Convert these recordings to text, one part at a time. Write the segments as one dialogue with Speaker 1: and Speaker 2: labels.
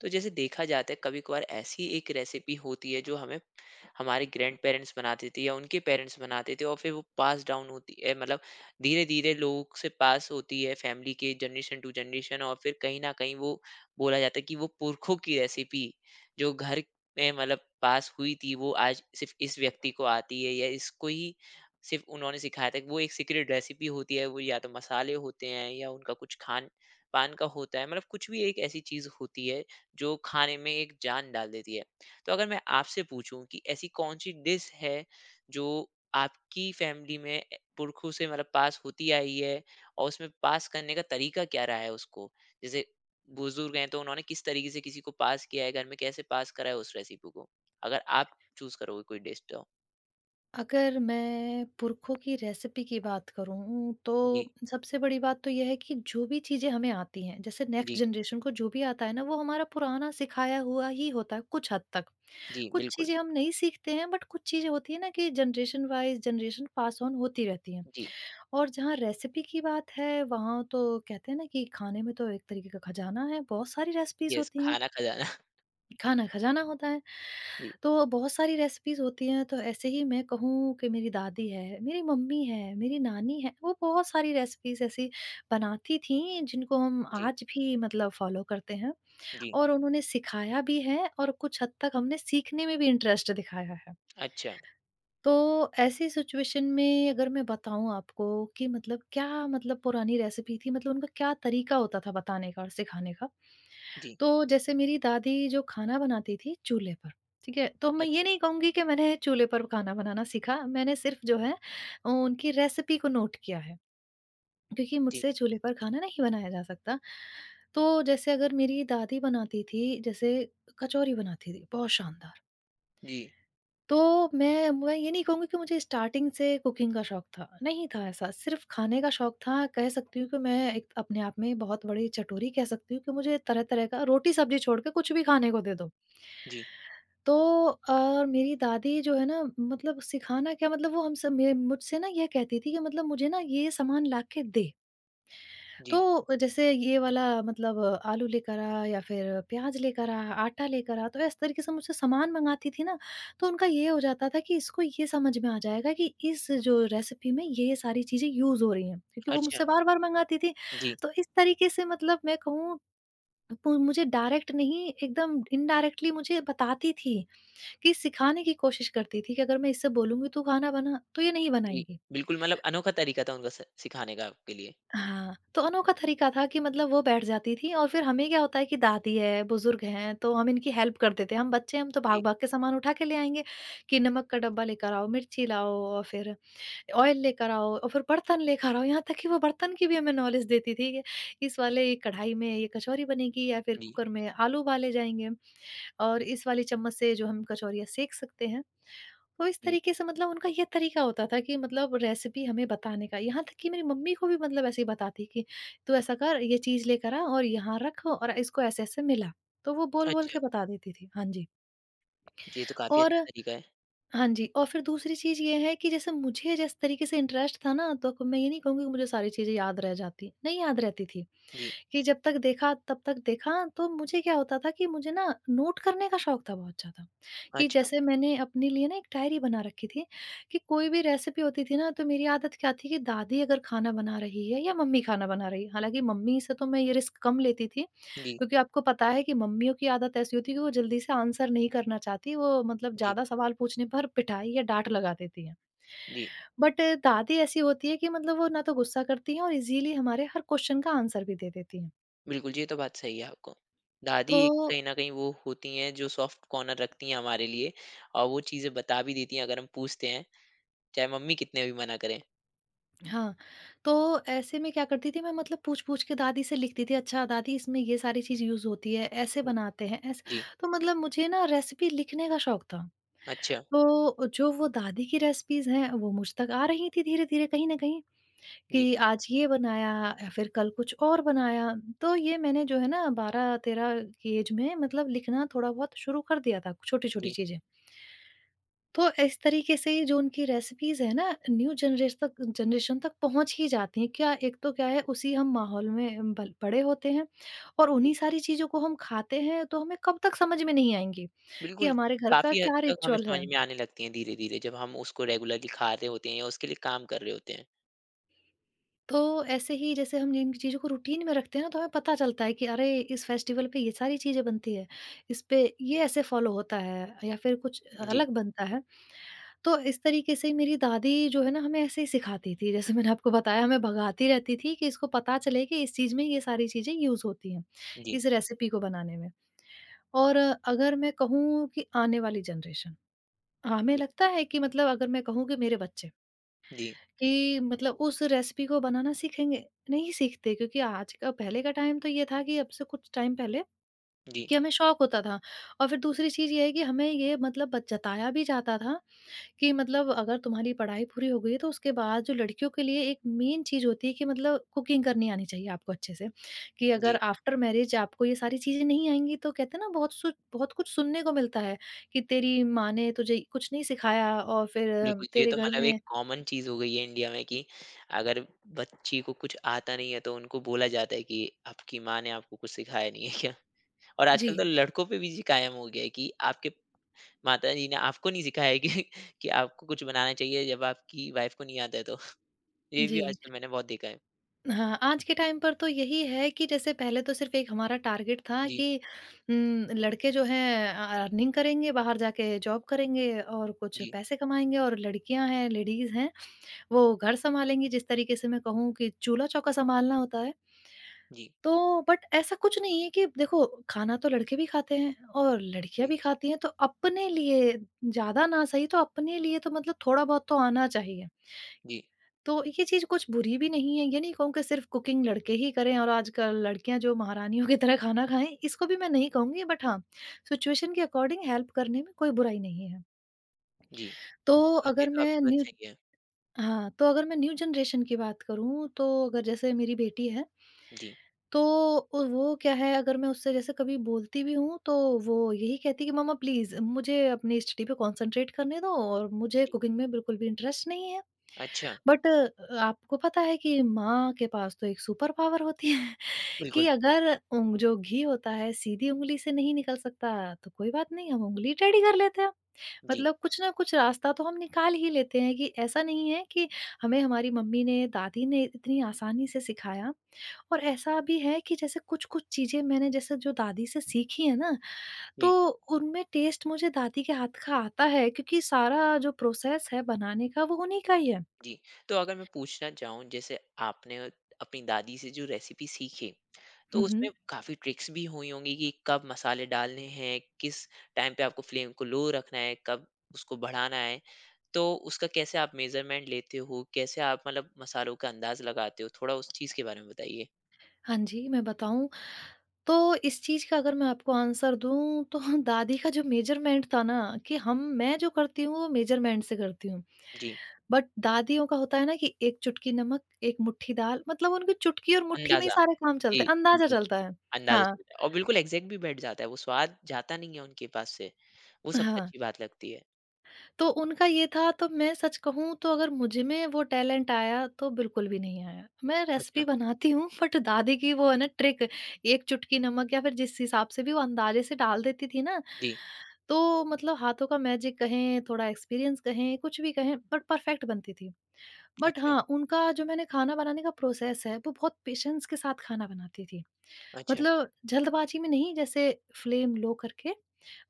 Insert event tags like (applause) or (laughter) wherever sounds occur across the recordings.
Speaker 1: तो जैसे देखा जाता है कभी कभार ऐसी एक रेसिपी होती है जो हमें हमारे ग्रैंड पेरेंट्स बनाते थे या उनके पेरेंट्स बनाते थे। और फिर वो पास डाउन होती है मतलब धीरे धीरे लोग से पास होती है फैमिली के जनरेशन टू जनरेशन। और फिर कहीं ना कहीं वो बोला जाता है कि वो पुरखों की रेसिपी जो घर में मतलब पास हुई थी, वो आज सिर्फ इस व्यक्ति को आती है या इसको ही सिर्फ उन्होंने सिखाया था। कि वो एक सीक्रेट रेसिपी होती है, वो या तो मसाले होते हैं या उनका कुछ खान पान का होता है, मतलब कुछ भी एक ऐसी चीज होती है जो खाने में एक जान डाल देती है। तो अगर मैं आपसे पूछूं कि ऐसी कौन सी डिश है जो आपकी फैमिली में पुरखों से मतलब पास होती आई है, और उसमें पास करने का तरीका क्या रहा है उसको? जैसे बुजुर्ग हैं तो उन्होंने किस तरीके से किसी को पास किया है, घर में कैसे पास करा है उस रेसिपी को, अगर आप चूज करोगे कोई डिश तो।
Speaker 2: अगर मैं पुरखों की रेसिपी की बात करूँ, तो
Speaker 1: जी।
Speaker 2: सबसे बड़ी बात तो ये है कि जो भी चीज़ें हमें आती हैं, जैसे नेक्स्ट
Speaker 1: जी।
Speaker 2: जनरेशन को जो भी आता है ना, वो हमारा पुराना सिखाया हुआ ही होता है कुछ हद तक।
Speaker 1: जी,
Speaker 2: कुछ
Speaker 1: बिल्कुल।
Speaker 2: चीज़ें हम नहीं सीखते हैं, बट कुछ चीज़ें होती हैं ना कि generation wise generation pass on होती रहती हैं।
Speaker 1: जी।
Speaker 2: और जहाँ रेसिपी की बात है, वहाँ तो कहते हैं ना कि खाने में तो एक तरीके का खजाना है, बहुत सारी रेसिपीज़
Speaker 1: यस,
Speaker 2: होती हैं।
Speaker 1: खाना खजाना। (laughs)
Speaker 2: खाना खजाना होता है।
Speaker 1: जी।
Speaker 2: तो बहुत सारी रेसिपीज़ होती हैं, तो ऐसे ही मैं कहूँ कि मेरी दादी है, मेरी मम्मी है, मेरी नानी है, वो बहुत सारी रेसिपीज़ ऐसी बनाती थीं, जिनको हम
Speaker 1: जी।
Speaker 2: आज भी मतलब फ़ॉलो करते हैं,
Speaker 1: जी।
Speaker 2: और उन्होंने सिखाया भी है और कुछ हद तक हमने सीखने में भी इंटरेस्ट दिखाया है।
Speaker 1: अच्छा।
Speaker 2: तो ऐसी सिचुएशन में अगर मैं बताऊँ आपको कि मतलब क्या, मतलब पुरानी रेसिपी थी, मतलब उनका क्या तरीका होता था बताने का और सिखाने का।
Speaker 1: जी।
Speaker 2: तो जैसे मेरी दादी जो खाना बनाती थी चूल्हे पर, ठीक है? तो मैं ये
Speaker 1: अच्छा।
Speaker 2: नहीं कहूँगी कि मैंने चूल्हे पर खाना बनाना सीखा, मैंने सिर्फ़ जो है उनकी रेसिपी को नोट किया है, क्योंकि
Speaker 1: जी।
Speaker 2: मुझसे चूल्हे पर खाना नहीं बनाया जा सकता। तो जैसे अगर मेरी दादी बनाती थी, जैसे कचौरी बनाती थी, बहुत शानदार।
Speaker 1: जी।
Speaker 2: तो मैं ये नहीं कहूँगी कि मुझे स्टार्टिंग से कुकिंग का शौक था, नहीं था ऐसा, सिर्फ़ खाने का शौक था। कह सकती हूँ कि मैं एक अपने आप में बहुत बड़ी चटोरी, कह सकती हूँ कि मुझे तरह-तरह का रोटी-सब्ज़ी छोड़ के कुछ भी खाने को दे दो।
Speaker 1: जी।
Speaker 2: तो मेरी दादी जो है ना, मतलब सिखाना क्या, मतलब वो हम सब मे मुझसे ना ये कहती थी कि मतलब मुझे ना ये सामान ला के दे।
Speaker 1: जी।
Speaker 2: तो जैसे ये वाला मतलब आलू लेकर आ या फिर प्याज लेकर आ, आटा लेकर आ, तो इस तरीके से मुझसे सामान मँगाती थी ना, तो उनका ये हो जाता था कि इसको ये समझ में आ जाएगा कि इस जो रेसिपी में ये सारी चीज़ें यूज़ हो रही हैं, क्योंकि वो
Speaker 1: अच्छा।
Speaker 2: मुझसे बार-बार मँगाती थी।
Speaker 1: जी।
Speaker 2: तो इस तरीके से मतलब मैं कहूँ, पु मुझे डायरेक्ट नहीं एकदम इनडायरेक्टली मुझे बताती थी, कि सिखाने की कोशिश करती थी कि अगर मैं इससे बोलूँगी तू खाना बना, तो ये नहीं
Speaker 1: जी,
Speaker 2: बनाएगी।
Speaker 1: बिल्कुल मतलब अनोखा तरीका था उनका स सिखाने का आपके लिए।
Speaker 2: हाँ, तो अनोखा तरीका था कि मतलब वो बैठ जाती थी और फिर हमें क्या होता है कि दादी है, बुजुर्ग हैं, तो हम इनकी हेल्प कर देते हैं। हम बच्चे हैं, हम तो
Speaker 1: जी।
Speaker 2: भाग-भाग के सामान उठा के ले आएँगे कि नमक का डब्बा लेकर आओ, मिर्ची लाओ और फिर ऑयल लेकर आओ और फिर बर्तन लेकर आओ। यहाँ तक कि वो बर्तन की भी हमें नॉलेज देती थी कि इस वाले कढ़ाई में ये कचौरी बनेगी या फिर
Speaker 1: जी।
Speaker 2: कुकर में आलू उबाले जाएँगे। और इस वाली चम्मच से जो हम कचौरियाँ सेंक सकते हैं। तो इस
Speaker 1: जी।
Speaker 2: तरीके से मतलब उनका ये तरीका होता था कि मतलब रेसिपी हमें बताने का। यहाँ तक कि मेरी मम्मी को भी मतलब ऐसे ही बताती कि तू ऐसा कर, ये चीज़ लेकर आ और यहाँ रख और इसको ऐसे-ऐसे मिला। तो वो बोल-बोल
Speaker 1: अच्छा,
Speaker 2: के बता देती थी। हाँ जी।
Speaker 1: जी, ये तो काफ़ी
Speaker 2: और
Speaker 1: अच्छा तरीका है।
Speaker 2: हाँ जी, और फिर दूसरी चीज़ ये है कि जैसे मुझे जिस तरीके से इंटरेस्ट था ना, तो मैं ये नहीं कहूँगी कि मुझे सारी चीज़ें याद रह जाती। नहीं याद रहती थी।
Speaker 1: जी।
Speaker 2: कि जब तक देखा तब तक देखा, तो मुझे क्या होता था कि मुझे ना नोट करने का शौक था बहुत ज़्यादा। कि
Speaker 1: अच्छा।
Speaker 2: जैसे मैंने अपने लिए ना एक डायरी बना रखी थी कि कोई भी रेसिपी होती थी ना, तो मेरी आदत क्या थी कि दादी अगर खाना बना रही है या मम्मी खाना बना रही है। हालाँकि मम्मी से तो मैं ये रिस्क कम लेती थी,
Speaker 1: जी।
Speaker 2: क्योंकि आपको पता है कि मम्मियों की आदत ऐसी होती है कि वो जल्दी से आंसर नहीं करना चाहती। वो मतलब
Speaker 1: जी।
Speaker 2: ज़्यादा सवाल पूछने पर पिटाई या डाँट लगा देती हैं।
Speaker 1: जी।
Speaker 2: बट दादी ऐसी होती है कि मतलब वो ना तो गुस्सा करती हैं और ईज़िली हमारे हर क्वेश्चन का आंसर भी दे देती हैं।
Speaker 1: बिल्कुल, जी, ये तो बात सही है आपको। दादी
Speaker 2: तो
Speaker 1: एक कहीं न कहीं वो होती हैं जो सॉफ्ट कॉर्नर रखती हैं हमारे लिए, और वो चीज़ें बता भी देती हैं अगर हम पूछते हैं, चाहे मम्मी कितने भी मना करें।
Speaker 2: हाँ, तो ऐसे में क्या करती थी मैं, मतलब पूछ-पूछ के दादी से लिखती थी, अच्छा दादी इसमें ये सारी चीज़ यूज़ होती है, ऐसे
Speaker 1: हुँ।
Speaker 2: बनाते हैं, ऐसे।
Speaker 1: जी।
Speaker 2: तो मतलब मुझे ना रेसिपी लिखने का शौक था।
Speaker 1: अच्छा।
Speaker 2: तो जो वो दादी की रेसिपीज़ हैं, वो मुझ तक आ रही थी धीरे-धीरे कहीं न कहीं
Speaker 1: जी।
Speaker 2: कि आज ये बनाया या फिर कल कुछ और बनाया। तो ये मैंने जो है ना 12-13 की ऐज में मतलब लिखना थोड़ा बहुत शुरू कर दिया था, छोटी-छोटी
Speaker 1: जी।
Speaker 2: चीज़ें। तो इस तरीके से ही जो उनकी रेसिपीज़ हैं ना, न्यू जनरेशन तक पहुँच ही जाती हैं। क्या, एक तो क्या है, उसी हम माहौल में बल बड़े होते हैं और
Speaker 1: जी।
Speaker 2: उन्हीं सारी चीज़ों को हम खाते हैं, तो हमें कब तक समझ में नहीं आएँगी कि
Speaker 1: बिल्कुल,
Speaker 2: हमारे घर का
Speaker 1: काफ़ी हद
Speaker 2: क्या
Speaker 1: तक हमें
Speaker 2: रिचुअल
Speaker 1: समझ
Speaker 2: है।
Speaker 1: में आने लगती हैं धीरे-धीरे जब हम उसको रेगुलरली खा रहे होते हैं या उसके लिए काम कर रहे होते हैं।
Speaker 2: तो ऐसे ही जैसे हम जिन चीज़ों को रूटीन में रखते हैं ना, तो हमें पता चलता है कि अरे इस फेस्टिवल पे ये सारी चीज़ें बनती है, इस पे ये ऐसे फॉलो होता है या फिर कुछ
Speaker 1: जी।
Speaker 2: अलग बनता है। तो इस तरीके से मेरी दादी जो है ना, हमें ऐसे ही सिखाती थी। जैसे मैंने आपको बताया, हमें भगाती रहती थी कि इसको पता चले कि इस चीज़ में ये सारी चीज़ें यूज़ होती हैं,
Speaker 1: जी।
Speaker 2: इस रेसिपी को बनाने में। और अगर मैं कहूँ कि आने वाली जनरेशन, हाँ, हमें
Speaker 1: जी।
Speaker 2: लगता है कि मतलब अगर मैं कहूँ कि मेरे बच्चे,
Speaker 1: जी।
Speaker 2: कि मतलब उस रेसिपी को बनाना सीखेंगे, नहीं सीखते, क्योंकि आज का, पहले का टाइम तो ये था कि अब से कुछ टाइम पहले
Speaker 1: जी।
Speaker 2: कि हमें शौक होता था। और फिर दूसरी चीज़ ये है कि हमें ये मतलब ब जताया भी जाता था कि मतलब अगर तुम्हारी पढ़ाई पूरी हो गई है, तो उसके बाद जो लड़कियों के लिए एक मेन चीज़ होती है कि मतलब कुकिंग करनी आनी चाहिए आपको अच्छे से। कि अगर
Speaker 1: जी।
Speaker 2: आफ्टर मैरिज आपको ये सारी चीज़ें नहीं आएँगी, तो कहते हैं ना बहुत सु बहुत कुछ सुनने को मिलता है कि तेरी माँ ने तुझे कुछ नहीं सिखाया और फिर
Speaker 1: बिल्कुल, ये
Speaker 2: तेरे
Speaker 1: तो
Speaker 2: घर
Speaker 1: मतलब एक
Speaker 2: में।
Speaker 1: कॉमन चीज़ हो गई है इंडिया में कि अगर बच्ची को कुछ आता नहीं है तो उनको बोला जाता है कि आपकी माँ ने आपको कुछ सिखाया नहीं है क्या? और
Speaker 2: जी,
Speaker 1: आजकल तो लड़कों पे भी ये कायम हो गया है कि आपके माताजी ने आपको नहीं सिखाया है कि आपको कुछ बनाना चाहिए जब आपकी वाइफ़ को नहीं आता है तो। ये
Speaker 2: जी।
Speaker 1: भी आजकल मैंने बहुत देखा है।
Speaker 2: हाँ, आज के टाइम पर तो यही है कि जैसे पहले तो सिर्फ़ एक हमारा टारगेट था
Speaker 1: जी।
Speaker 2: कि लड़के जो हैं अर्निंग करेंगे, बाहर जाके जॉब करेंगे और कुछ
Speaker 1: जी।
Speaker 2: पैसे कमाएँगे, और लड़कियाँ हैं, लेडीज़ हैं, वो घर सँभालेंगी, जिस तरीके से मैं कहूँ कि चूल्हा-चौका सँभालना होता है,
Speaker 1: जी।
Speaker 2: तो बट ऐसा कुछ नहीं है कि देखो खाना तो लड़के भी खाते हैं और लड़कियाँ
Speaker 1: जी।
Speaker 2: भी खाती हैं, तो अपने लिए ज़्यादा ना सही, तो अपने लिए तो मतलब थोड़ा-बहुत तो आना चाहिए।
Speaker 1: जी।
Speaker 2: तो ये चीज़ कुछ बुरी भी नहीं है, ये नहीं कहूँ कि सिर्फ़ कुकिंग लड़के ही करें और आजकल लड़कियाँ जो महारानियों की तरह खाना खाएँ, इसको भी मैं नहीं कहूँगी, बट हाँ, सिचुएशन के अकॉर्डिंग हेल्प करने में कोई बुराई नहीं है।
Speaker 1: जी।
Speaker 2: तो
Speaker 1: बिल्कुल, ये
Speaker 2: अगर
Speaker 1: तो
Speaker 2: मैं
Speaker 1: आपकी बात
Speaker 2: न्यू
Speaker 1: सही है।
Speaker 2: हाँ, तो अगर मैं न्यू जनरेशन की बात करूँ, तो अगर जैसे मेरी बेटी है,
Speaker 1: जी।
Speaker 2: तो वो क्या है, अगर मैं उससे जैसे कभी बोलती भी हूँ, तो वो यही कहती है कि मम्मा प्लीज़ मुझे अपनी स्टडी पे कॉन्संट्रेट करने दो और मुझे
Speaker 1: जी।
Speaker 2: कुकिंग में बिल्कुल भी इंटरेस्ट नहीं है।
Speaker 1: अच्छा,
Speaker 2: बट आपको पता है कि माँ के पास तो एक सुपर पावर होती है (laughs) कि
Speaker 1: बिल्कुल।
Speaker 2: अगर उंग जो घी होता है सीधी उंगली से नहीं निकल सकता, तो कोई बात नहीं, हम उंगली टेढ़ी कर लेते हैं।
Speaker 1: जी।
Speaker 2: मतलब कुछ ना कुछ रास्ता तो हम निकाल ही लेते हैं कि ऐसा नहीं है कि हमें हमारी मम्मी ने, दादी ने इतनी आसानी से सिखाया। और ऐसा भी है कि जैसे कुछ-कुछ चीज़ें मैंने जैसे जो दादी से सीखी है ना,
Speaker 1: जी।
Speaker 2: तो उनमें टेस्ट मुझे दादी के हाथ का आता है, क्योंकि सारा जो प्रोसेस है बनाने का, वो उन्हीं का ही है।
Speaker 1: जी। तो अगर मैं पूछना चाहूँ जैसे आपने अपनी दादी से जो रेसिपी सीखी, तो
Speaker 2: हुँ,
Speaker 1: उसमें
Speaker 2: हुँ।
Speaker 1: काफ़ी ट्रिक्स भी हुई होंगी कि कब मसाले डालने हैं, किस टाइम पे आपको फ्लेम को लो रखना है, कब उसको बढ़ाना है। तो उसका कैसे आप मेजरमेंट लेते हो, कैसे आप मतलब मसालों का अंदाज लगाते हो, थोड़ा उस चीज़ के बारे में बताइए।
Speaker 2: हाँ जी, मैं बताऊँ, तो इस चीज़ का अगर मैं आपको आंसर दूँ तो (laughs) दादी का जो मेज़रमेंट था ना, कि हम मैं जो करती हूँ वो मेज़रमेंट से करती हूँ।
Speaker 1: जी।
Speaker 2: बट दादियों का होता है ना कि एक चुटकी नमक, एक मुट्ठी दाल, मतलब उनकी चुटकी और मुट्ठी में ही
Speaker 1: अंदाज़ा।
Speaker 2: सारे काम
Speaker 1: जी।
Speaker 2: चलते हैं, अंदाज़ा
Speaker 1: बिल्कुल।
Speaker 2: चलता है।
Speaker 1: अंदाज़ा
Speaker 2: हाँ,
Speaker 1: चलता है और बिल्कुल एग्जैक्ट भी बैठ जाता है, वो स्वाद जाता नहीं है उनके पास से, वो सबसे
Speaker 2: हाँ।
Speaker 1: अच्छी बात लगती है।
Speaker 2: तो उनका ये था, तो मैं सच कहूँ, तो अगर मुझ में वो टैलेंट आया तो बिल्कुल भी नहीं आया। मैं
Speaker 1: अच्छा।
Speaker 2: रेसिपी बनाती हूँ, बट दादी की वो है ना ट्रिक, 1 चुटकी नमक या फिर जिस हिसाब से भी वो अंदाज़े से डाल देती थी ना,
Speaker 1: जी।
Speaker 2: तो मतलब हाथों का मैजिक कहें, थोड़ा एक्सपीरियंस कहें, कुछ भी कहें, बट परफेक्ट बनती थी। बट
Speaker 1: अच्छा।
Speaker 2: हाँ, उनका जो मैंने खाना बनाने का प्रोसेस है, वो बहुत पेशेंस के साथ खाना बनाती थी।
Speaker 1: अच्छा।
Speaker 2: मतलब जल्दबाजी में नहीं, जैसे फ्लेम लो करके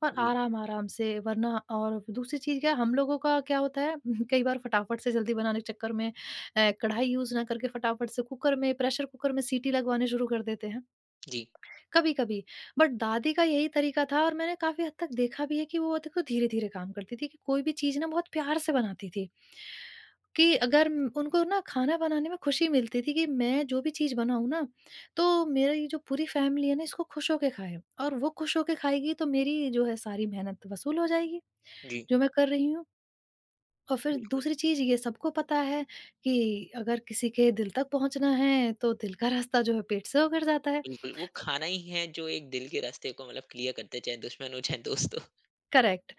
Speaker 2: और
Speaker 1: जी।
Speaker 2: आराम-आराम से, वरना और दूसरी चीज़ क्या हम लोगों का क्या होता है? (laughs) कई बार फटाफट से जल्दी बनाने के चक्कर में कढ़ाई यूज़ ना करके फटाफट से कुकर में प्रेशर कुकर में सीटी लगवाने शुरू कर देते हैं।
Speaker 1: जी।
Speaker 2: कभी-कभी, बट दादी का यही तरीका था, और मैंने काफ़ी हद तक देखा भी है कि वो देखो धीरे-धीरे काम करती थी, कि कोई भी चीज़ ना बहुत प्यार से बनाती थी। कि अगर उनको ना खाना बनाने में खुशी मिलती थी कि मैं जो भी चीज़ बनाऊँ ना, तो मेरी जो पूरी फ़ैमिली है ना इसको खुश होके खाए, और वो खुश होके खाएगी तो मेरी जो है सारी मेहनत वसूल हो जाएगी,
Speaker 1: जी,
Speaker 2: जो मैं कर रही हूँ। और फिर
Speaker 1: बिल्कुल,
Speaker 2: दूसरी चीज़ ये सबको पता है, कि अगर किसी के दिल तक पहुँचना है, तो दिल का रास्ता जो है पेट से होकर जाता है।
Speaker 1: बिल्कुल। वो
Speaker 2: तो
Speaker 1: खाना ही है जो एक दिल के रास्ते को मतलब क्लियर करता है, चाहे दुश्मन हो चाहे दोस्त हो।
Speaker 2: करेक्ट।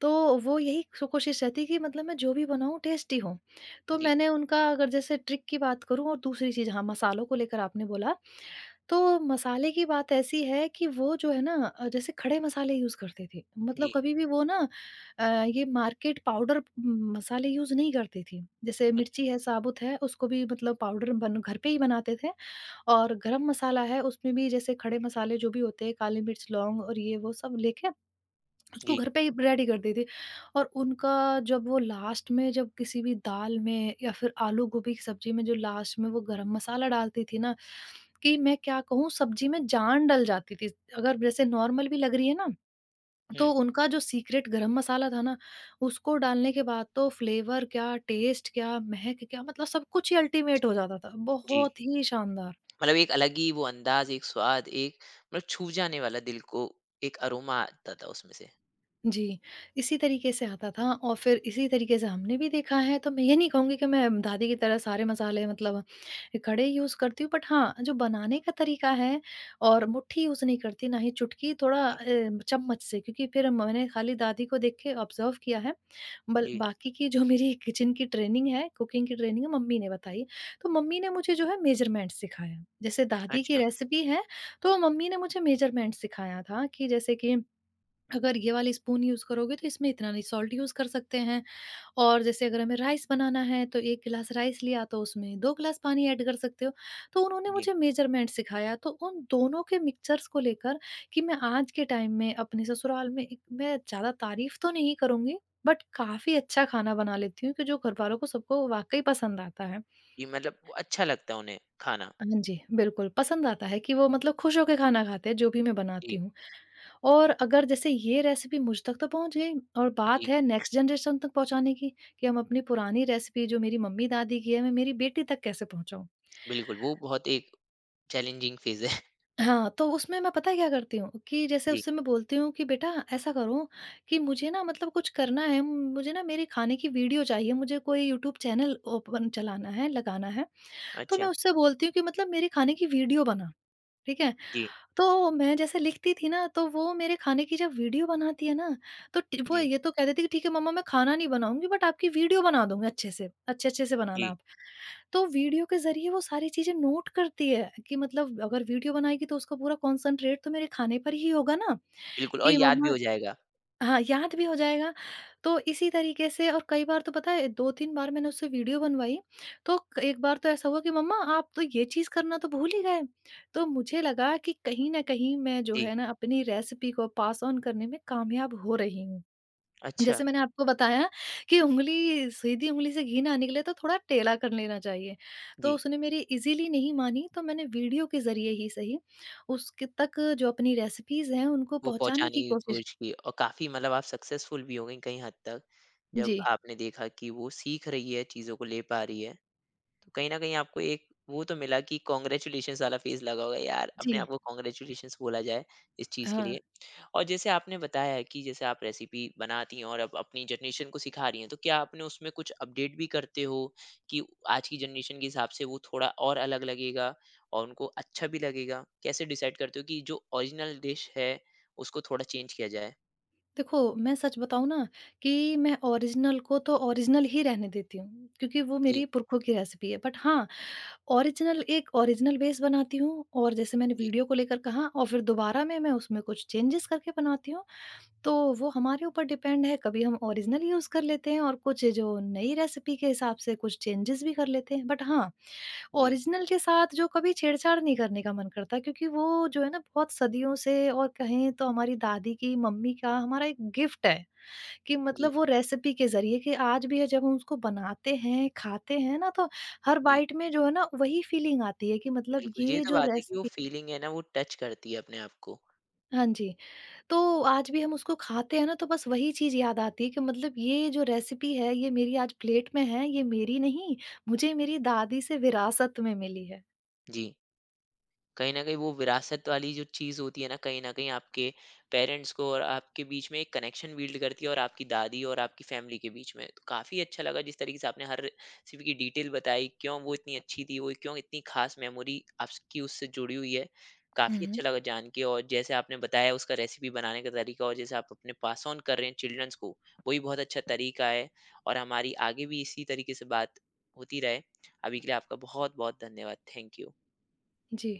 Speaker 2: तो वो यही सो कोशिश रहती है कि मतलब मैं जो भी बनाऊँ टेस्टी हो। तो
Speaker 1: जी।
Speaker 2: मैंने उनका अगर जैसे ट्रिक की बात करूँ, और दूसरी चीज़ हाँ, मसालों को लेकर आपने बोला, तो मसाले की बात ऐसी है कि वो जो है ना जैसे खड़े मसाले यूज़ करते थे। मतलब
Speaker 1: जी।
Speaker 2: कभी भी वो ना ये मार्केट पाउडर मसाले यूज़ नहीं करती थी। जैसे
Speaker 1: अच्छा।
Speaker 2: मिर्ची है, साबुत है, उसको भी मतलब पाउडर बन घर पे ही बनाते थे। और गरम मसाला है, उसमें भी जैसे खड़े मसाले जो भी होते हैं, काली मिर्च, लौंग और ये वो सब लेके उसको
Speaker 1: जी।
Speaker 2: घर पे ही रेडी कर दी थी। और उनका जब वो लास्ट में, जब किसी भी दाल में या फिर आलू गोभी की सब्जी में जो लास्ट में वो गरम मसाला डालती थी ना, कि मैं क्या कहूँ, सब्जी में जान डल जाती थी। अगर जैसे नॉर्मल भी लग रही है ना, तो
Speaker 1: हुँ।
Speaker 2: उनका जो सीक्रेट गरम मसाला था ना, उसको डालने के बाद तो फ्लेवर क्या, टेस्ट क्या, महक क्या, मतलब सब कुछ ही अल्टीमेट हो जाता था।
Speaker 1: जी।
Speaker 2: बहुत ही शानदार।
Speaker 1: मतलब एक अलग ही वो अंदाज़, एक स्वाद, एक मतलब छू जाने वाला दिल को, एक अरोमा आता था उसमें से।
Speaker 2: जी, इसी तरीके से आता था, और फिर इसी तरीके से हमने भी देखा है, तो मैं ये नहीं कहूँगी कि मैं दादी की तरह सारे मसाले मतलब खड़े यूज़ करती हूँ, बट हाँ, जो बनाने का तरीका है, और मुट्ठी यूज़ नहीं करती, ना ही चुटकी, थोड़ा
Speaker 1: जी।
Speaker 2: चम्मच से, क्योंकि फिर मैंने खाली दादी को देख के ऑब्ज़र्व किया है। बल
Speaker 1: जी।
Speaker 2: बाकी की जो मेरी (laughs) किचन की ट्रेनिंग है, कुकिंग की ट्रेनिंग है, मम्मी ने बताई। तो मम्मी ने मुझे जो है मेज़रमेंट सिखाया। जैसे दादी की
Speaker 1: अच्छा।
Speaker 2: रेसिपी है, तो मम्मी ने मुझे मेज़रमेंट सिखाया था कि जैसे कि अगर ये वाली स्पून यूज़ करोगे तो इसमें इतना नहीं सॉल्ट यूज़ कर सकते हैं। और जैसे अगर हमें राइस बनाना है तो 1 गिलास राइस लिया तो उसमें 2 गिलास पानी ऐड कर सकते हो। तो उन्होंने
Speaker 1: जी।
Speaker 2: मुझे मेज़रमेंट सिखाया, तो उन दोनों के मिक्सचर्स को लेकर, कि मैं आज के टाइम में अपने ससुराल में एक मैं ज़्यादा तारीफ़ तो नहीं करूँगी बट काफ़ी अच्छा खाना बना लेती हूँ, कि जो घरवालों को सबको वाक़ई पसंद आता है।
Speaker 1: जी, मतलब वो अच्छा लगता है उन्हें खाना।
Speaker 2: हाँ जी, बिल्कुल पसंद आता है, कि वो मतलब खुश होके खाना खाते हैं जो भी मैं बनाती
Speaker 1: जी।
Speaker 2: हूँ। और अगर जैसे ये रेसिपी मुझ तक तो पहुँच गई, और बात
Speaker 1: जी,
Speaker 2: है नेक्स्ट जनरेशन तक पहुँचाने की, कि हम अपनी पुरानी रेसिपी जो मेरी मम्मी-दादी की है, मैं मेरी बेटी तक कैसे पहुँचाऊँ?
Speaker 1: बिल्कुल। वो बहुत एक चैलेंजिंग फ़ेज़ है। (laughs)
Speaker 2: हाँ, तो उसमें मैं पता है क्या करती हूँ, कि जैसे
Speaker 1: जी।
Speaker 2: उससे मैं बोलती हूँ कि बेटा ऐसा करो, कि मुझे ना मतलब कुछ करना है, मुझे ना मेरे खाने की वीडियो चाहिए, मुझे कोई यूट्यूब चैनल ओपन चलाना है, लगाना है। तो मैं
Speaker 1: अच्छा।
Speaker 2: उससे बोलती हूँ कि मतलब मेरे खाने की वीडियो बना, ठीक है?
Speaker 1: जी।
Speaker 2: तो मैं जैसे लिखती थी ना, तो वो मेरे खाने की जब वीडियो बनाती है ना, तो टी वो
Speaker 1: जी।
Speaker 2: ये तो कह देती कि ठीक है मम्मा, मैं खाना नहीं बनाऊँगी बट आपकी वीडियो बना दूँगी अच्छे से, अच्छे-अच्छे से बनाना
Speaker 1: जी।
Speaker 2: आप। तो वीडियो के ज़रिए वो सारी चीज़ें नोट करती है, कि मतलब अगर वीडियो बनाएगी तो उसका पूरा कॉन्संट्रेट तो मेरे खाने पर ही होगा ना,
Speaker 1: बिल्कुल और
Speaker 2: कि
Speaker 1: याद भी
Speaker 2: मम्मा
Speaker 1: हो जाएगा।
Speaker 2: हाँ, याद भी हो जाएगा, तो इसी तरीके से। और कई बार तो पता है 2-3 बार मैंने उससे वीडियो बनवाई, तो क एक बार तो ऐसा हुआ कि मम्मा आप तो ये चीज़ करना तो भूल ही गए। तो मुझे लगा कि कहीं न कहीं मैं जो
Speaker 1: जी।
Speaker 2: है ना अपनी रेसिपी को पास ऑन करने में कामयाब हो रही हूँ।
Speaker 1: अच्छा।
Speaker 2: जैसे मैंने आपको बताया कि उंगली, सीधी उंगली से घी ना निकले तो थोड़ा टेढ़ा कर लेना चाहिए,
Speaker 1: जी।
Speaker 2: तो उसने मेरी इज़िली नहीं मानी, तो मैंने वीडियो के ज़रिए ही सही उसके तक जो अपनी रेसिपीज़ हैं उनको
Speaker 1: वो
Speaker 2: पहुँचाने
Speaker 1: पहुँचाने
Speaker 2: की
Speaker 1: की
Speaker 2: कोशिश।
Speaker 1: कोशिश की और काफ़ी मतलब आप सक्सेसफुल भी हो गईं कई हद तक। जब
Speaker 2: जी,
Speaker 1: आपने देखा कि वो सीख रही है, चीज़ों को ले पा रही है, तो कहीं न कहीं आपको एक वो तो मिला कि कांग्रेचुलेशंस वाला फ़ेज़ लगा होगा, यार अपने
Speaker 2: जी।
Speaker 1: आप को कांग्रेचुलेशंस बोला जाए इस चीज़ के
Speaker 2: हाँ,
Speaker 1: लिए। और जैसे आपने बताया है कि जैसे आप रेसिपी बनाती हैं और अब अपनी जनरेशन को सिखा रही हैं, तो क्या आपने उसमें कुछ अपडेट भी करते हो कि आज की जनरेशन के हिसाब से वो थोड़ा और अलग लगेगा और उनको अच्छा भी लगेगा? कैसे डिसाइड करते हो कि जो ओरिजिनल डिश है, उसको थोड़ा चेंज किया जाए?
Speaker 2: देखो मैं सच बताऊँ ना, कि मैं ओरिजिनल को तो ओरिजिनल ही रहने देती हूँ, क्योंकि वो
Speaker 1: जी।
Speaker 2: मेरी पुरखों की रेसिपी है। बट हाँ, ओरिजिनल एक ओरिजिनल बेस बनाती हूँ, और जैसे मैंने
Speaker 1: जी।
Speaker 2: वीडियो को लेकर कहा, और फिर दोबारा में मैं उसमें कुछ चेंजेस करके बनाती हूँ। तो वो हमारे ऊपर डिपेंड है, कभी हम ओरिजिनल यूज़ कर लेते हैं और कुछ जो नई रेसिपी के हिसाब से कुछ चेंजेस भी कर लेते हैं। बट हाँ,
Speaker 1: जी।
Speaker 2: ओरिजिनल के साथ जो कभी छेड़छाड़ नहीं करने का मन करता, क्योंकि वो जो है ना बहुत सदियों से और कहें तो हमारी दादी की मम्मी का हमारा एक गिफ्ट है, कि
Speaker 1: जी।
Speaker 2: मतलब वो रेसिपी के जरिए, कि आज भी है जब हम उसको बनाते हैं खाते हैं ना, तो हर
Speaker 1: जी।
Speaker 2: बाइट में जो है ना वही फीलिंग आती है, कि मतलब
Speaker 1: बिल्कुल, ये
Speaker 2: ये
Speaker 1: तो
Speaker 2: जो
Speaker 1: बात है कि वो
Speaker 2: रेसिपी
Speaker 1: फीलिंग है ना, वो टच करती है अपने आप को।
Speaker 2: हाँ जी, तो आज भी हम उसको खाते हैं ना, तो बस वही चीज याद आती है कि मतलब ये जो रेसिपी है ये मेरी आज प्लेट में है ये मेरी नहीं, मुझे मेरी दादी से विरासत में मिली है।
Speaker 1: जी। कहीं न कहीं वो विरासत वाली जो चीज़ होती है ना, कहीं न कहीं आपके पेरेंट्स को और आपके बीच में एक कनेक्शन बिल्ड करती है, और आपकी दादी और आपकी फ़ैमिली के बीच में। तो काफ़ी अच्छा लगा जिस तरीके से आपने हर रेसिपी की डिटेल बताई, क्यों वो इतनी अच्छी थी, वो क्यों इतनी ख़ास मेमोरी आपकी उससे जुड़ी हुई है। काफ़ी
Speaker 2: हम्म।
Speaker 1: अच्छा लगा जान के, और जैसे आपने बताया उसका रेसिपी बनाने का तरीका, और जैसे आप अपने पास ऑन कर रहे हैं चिल्ड्रंस को, वही बहुत अच्छा तरीका है। और हमारी आगे भी इसी तरीके से बात होती रहे। अभी के लिए आपका बहुत-बहुत धन्यवाद। Thank you.
Speaker 2: जी।